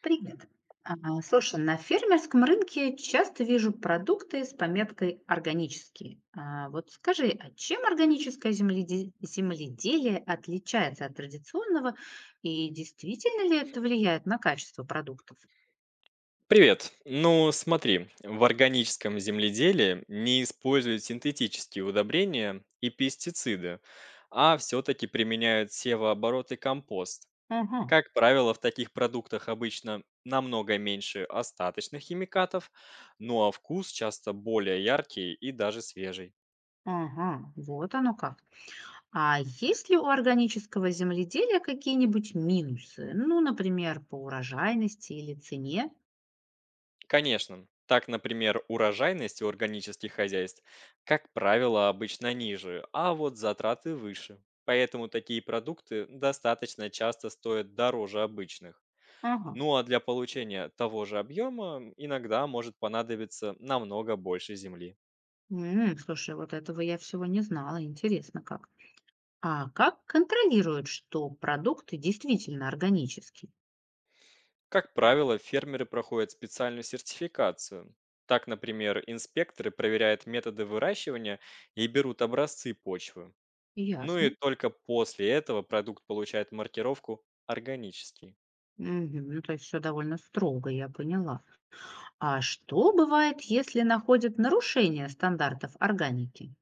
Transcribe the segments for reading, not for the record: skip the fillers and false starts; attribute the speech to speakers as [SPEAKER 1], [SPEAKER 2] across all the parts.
[SPEAKER 1] Привет. А, Слушай, на фермерском рынке часто вижу продукты с пометкой «органические». Вот скажи, а чем земледелие отличается от традиционного, и действительно ли это влияет на качество продуктов?
[SPEAKER 2] Привет. Ну, смотри, в органическом земледелии не используют синтетические удобрения и пестициды, а все-таки применяют севооборот и компост.
[SPEAKER 1] Ага,
[SPEAKER 2] Как правило, в таких продуктах обычно намного меньше остаточных химикатов, ну а вкус часто более яркий и даже свежий.
[SPEAKER 1] ага, вот оно как. А есть ли у органического земледелия какие-нибудь минусы? Ну, например, по урожайности или цене?
[SPEAKER 2] Конечно. Так, например, урожайность у органических хозяйств, как правило, обычно ниже, а вот затраты выше. Поэтому такие продукты достаточно часто стоят дороже обычных.
[SPEAKER 1] Ага.
[SPEAKER 2] Ну а для получения того же объема иногда может понадобиться намного больше земли.
[SPEAKER 1] М, слушай, вот этого я всего не знала. Интересно как. А как контролируют, что продукты действительно органические?
[SPEAKER 2] Как правило, фермеры проходят специальную сертификацию. Так, например, инспекторы проверяют методы выращивания и берут образцы почвы. Ну и
[SPEAKER 1] Ясно.
[SPEAKER 2] только после этого продукт получает маркировку «органический».
[SPEAKER 1] Мгм. Ну, то есть все довольно строго, я поняла. А что бывает, если находят нарушение стандартов органики?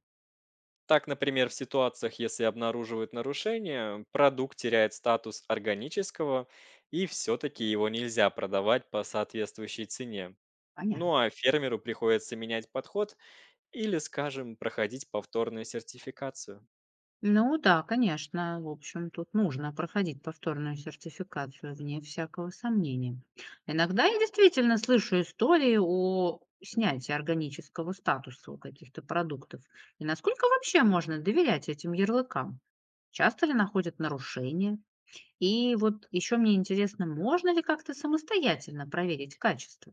[SPEAKER 2] Так, например, в ситуациях, если обнаруживают нарушение, продукт теряет статус органического, и все-таки его нельзя продавать по соответствующей цене. Ну
[SPEAKER 1] Понятно.
[SPEAKER 2] а фермеру приходится менять подход или, скажем, проходить повторную сертификацию.
[SPEAKER 1] Ну да, конечно, в общем, тут нужно проходить повторную сертификацию, вне всякого сомнения. Иногда я действительно слышу истории о снятии органического статуса у каких-то продуктов. И насколько вообще можно доверять этим ярлыкам? Часто ли находят нарушения? И вот еще мне интересно, можно ли как-то самостоятельно проверить качество?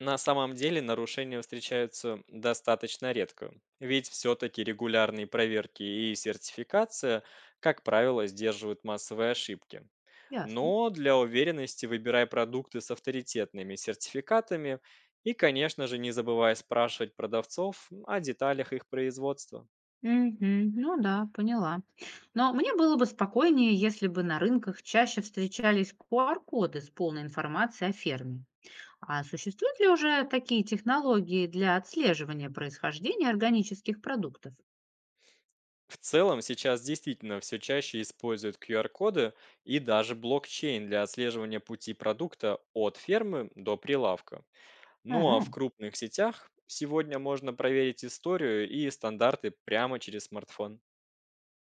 [SPEAKER 2] На самом деле нарушения встречаются достаточно редко, ведь все-таки регулярные проверки и сертификация, как правило, сдерживают массовые ошибки.
[SPEAKER 1] Ясно.
[SPEAKER 2] Но для уверенности выбирай продукты с авторитетными сертификатами и, конечно же, не забывай спрашивать продавцов о деталях их производства.
[SPEAKER 1] Мгм. Ну да, поняла. Но мне было бы спокойнее, если бы на рынках чаще встречались QR-коды с полной информацией о ферме. А существуют ли уже такие технологии для отслеживания происхождения органических продуктов?
[SPEAKER 2] В целом сейчас действительно все чаще используют QR-коды и даже блокчейн для отслеживания пути продукта от фермы до прилавка. Ну а в
[SPEAKER 1] М,
[SPEAKER 2] крупных сетях сегодня можно проверить историю и стандарты прямо через смартфон.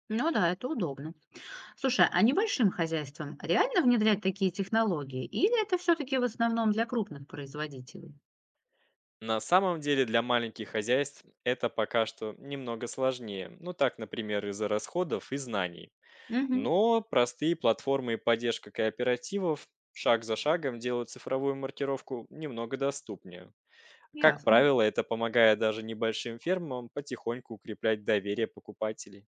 [SPEAKER 1] ну да, это удобно. Слушай, а небольшим хозяйствам реально внедрять такие технологии? Или это все-таки в основном для крупных производителей?
[SPEAKER 2] На самом деле для маленьких хозяйств это пока что немного сложнее. Ну так, например, из-за расходов и знаний.
[SPEAKER 1] Угу,
[SPEAKER 2] Но простые платформы и поддержка кооперативов шаг за шагом делают цифровую маркировку немного доступнее. Как
[SPEAKER 1] ясно.
[SPEAKER 2] правило, это помогает даже небольшим фермам потихоньку укреплять доверие покупателей.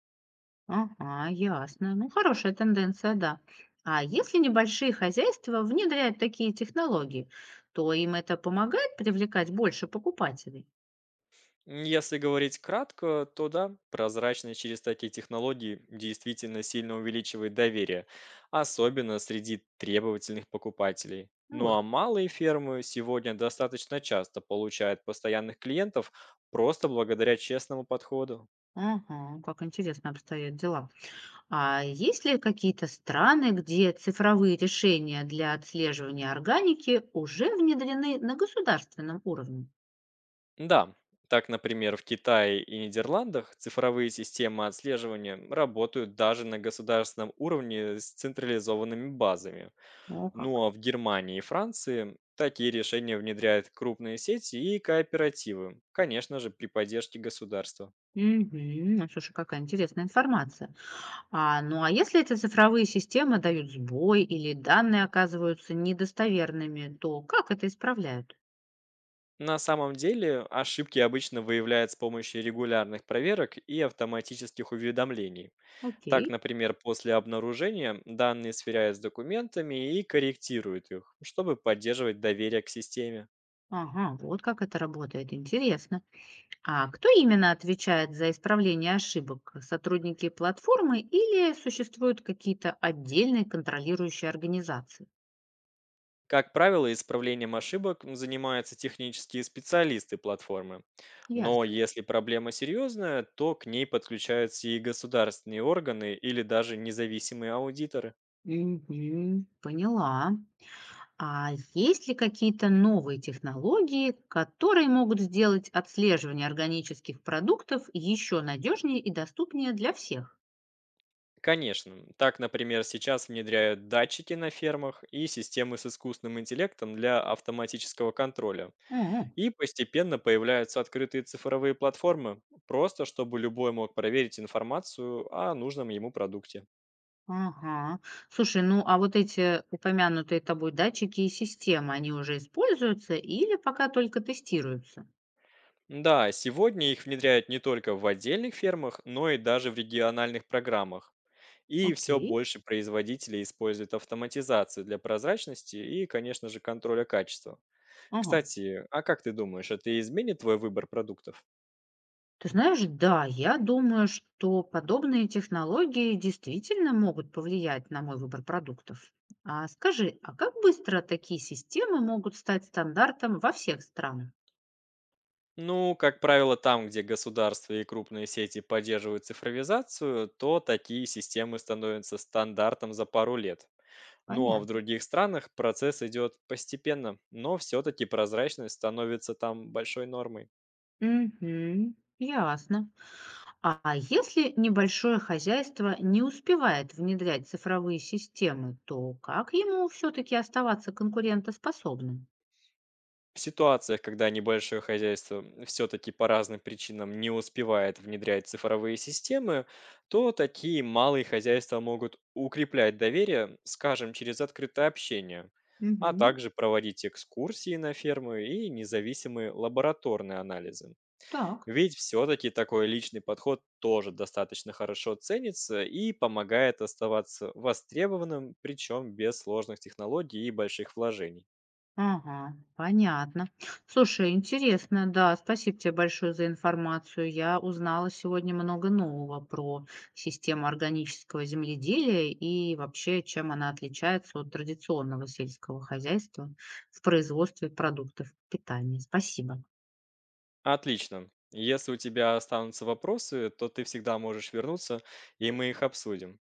[SPEAKER 1] Ага, ясно. Ну, хорошая тенденция, да. А если небольшие хозяйства внедряют такие технологии, то им это помогает привлекать больше покупателей?
[SPEAKER 2] Если говорить кратко, то да, прозрачность через такие технологии действительно сильно увеличивает доверие, особенно среди требовательных покупателей.
[SPEAKER 1] Ну
[SPEAKER 2] Ну
[SPEAKER 1] вот.
[SPEAKER 2] а малые фермы сегодня достаточно часто получают постоянных клиентов просто благодаря честному подходу.
[SPEAKER 1] Ага, как интересно обстоят дела. А есть ли какие-то страны, где цифровые решения для отслеживания органики уже внедрены на государственном уровне?
[SPEAKER 2] Да, так, например, в Китае и Нидерландах цифровые системы отслеживания работают даже на государственном уровне с централизованными базами.
[SPEAKER 1] О,
[SPEAKER 2] Ну
[SPEAKER 1] как.
[SPEAKER 2] а в Германии и Франции такие решения внедряют крупные сети и кооперативы, конечно же, при поддержке государства.
[SPEAKER 1] Угу. Ну, слушай, какая интересная информация. Ну а если эти цифровые системы дают сбой или данные оказываются недостоверными, то как это исправляют?
[SPEAKER 2] На самом деле ошибки обычно выявляют с помощью регулярных проверок и автоматических уведомлений.
[SPEAKER 1] Окей.
[SPEAKER 2] Так, например, после обнаружения данные сверяют с документами и корректируют их, чтобы поддерживать доверие к системе.
[SPEAKER 1] Ага, вот как это работает. Интересно. А кто именно отвечает за исправление ошибок? Сотрудники платформы или существуют какие-то отдельные контролирующие организации?
[SPEAKER 2] Как правило, исправлением ошибок занимаются технические специалисты платформы. Но
[SPEAKER 1] Ясно.
[SPEAKER 2] если проблема серьезная, то к ней подключаются и государственные органы или даже независимые аудиторы.
[SPEAKER 1] Мгм. Поняла. А есть ли какие-то новые технологии, которые могут сделать отслеживание органических продуктов еще надежнее и доступнее для всех?
[SPEAKER 2] Конечно, так, например, сейчас внедряют датчики на фермах и системы с искусственным интеллектом для автоматического контроля.
[SPEAKER 1] М,
[SPEAKER 2] И постепенно появляются открытые цифровые платформы, просто чтобы любой мог проверить информацию о нужном ему продукте.
[SPEAKER 1] ага. Слушай, ну а вот эти упомянутые тобой датчики и системы, они уже используются или пока только тестируются?
[SPEAKER 2] Да, сегодня их внедряют не только в отдельных фермах, но и даже в региональных программах. И все
[SPEAKER 1] Окей.
[SPEAKER 2] больше производителей используют автоматизацию для прозрачности и, конечно же, контроля качества.
[SPEAKER 1] Ага.
[SPEAKER 2] Кстати, а как ты думаешь, это изменит твой выбор продуктов?
[SPEAKER 1] Ты знаешь, да, я думаю, что подобные технологии действительно могут повлиять на мой выбор продуктов. А скажи, а как быстро такие системы могут стать стандартом во всех странах?
[SPEAKER 2] Ну, как правило, там, где государство и крупные сети поддерживают цифровизацию, то такие системы становятся стандартом за пару лет. Ну а в
[SPEAKER 1] Понятно.
[SPEAKER 2] других странах процесс идет постепенно, но все-таки прозрачность становится там большой нормой.
[SPEAKER 1] Угу, ясно. А если небольшое хозяйство не успевает внедрять цифровые системы, то как ему все-таки оставаться конкурентоспособным?
[SPEAKER 2] В ситуациях, когда небольшое хозяйство все-таки по разным причинам не успевает внедрять цифровые системы, то такие малые хозяйства могут укреплять доверие, скажем, через открытое общение,
[SPEAKER 1] Угу,
[SPEAKER 2] а также проводить экскурсии на фермы и независимые лабораторные анализы.
[SPEAKER 1] так.
[SPEAKER 2] Ведь все-таки такой личный подход тоже достаточно хорошо ценится и помогает оставаться востребованным, причем без сложных технологий и больших вложений.
[SPEAKER 1] Ага, понятно. Слушай, интересно, да, спасибо тебе большое за информацию. Я узнала сегодня много нового про систему органического земледелия и вообще, чем она отличается от традиционного сельского хозяйства в производстве продуктов питания. Спасибо.
[SPEAKER 2] Отлично. Если у тебя останутся вопросы, то ты всегда можешь вернуться, и мы их обсудим.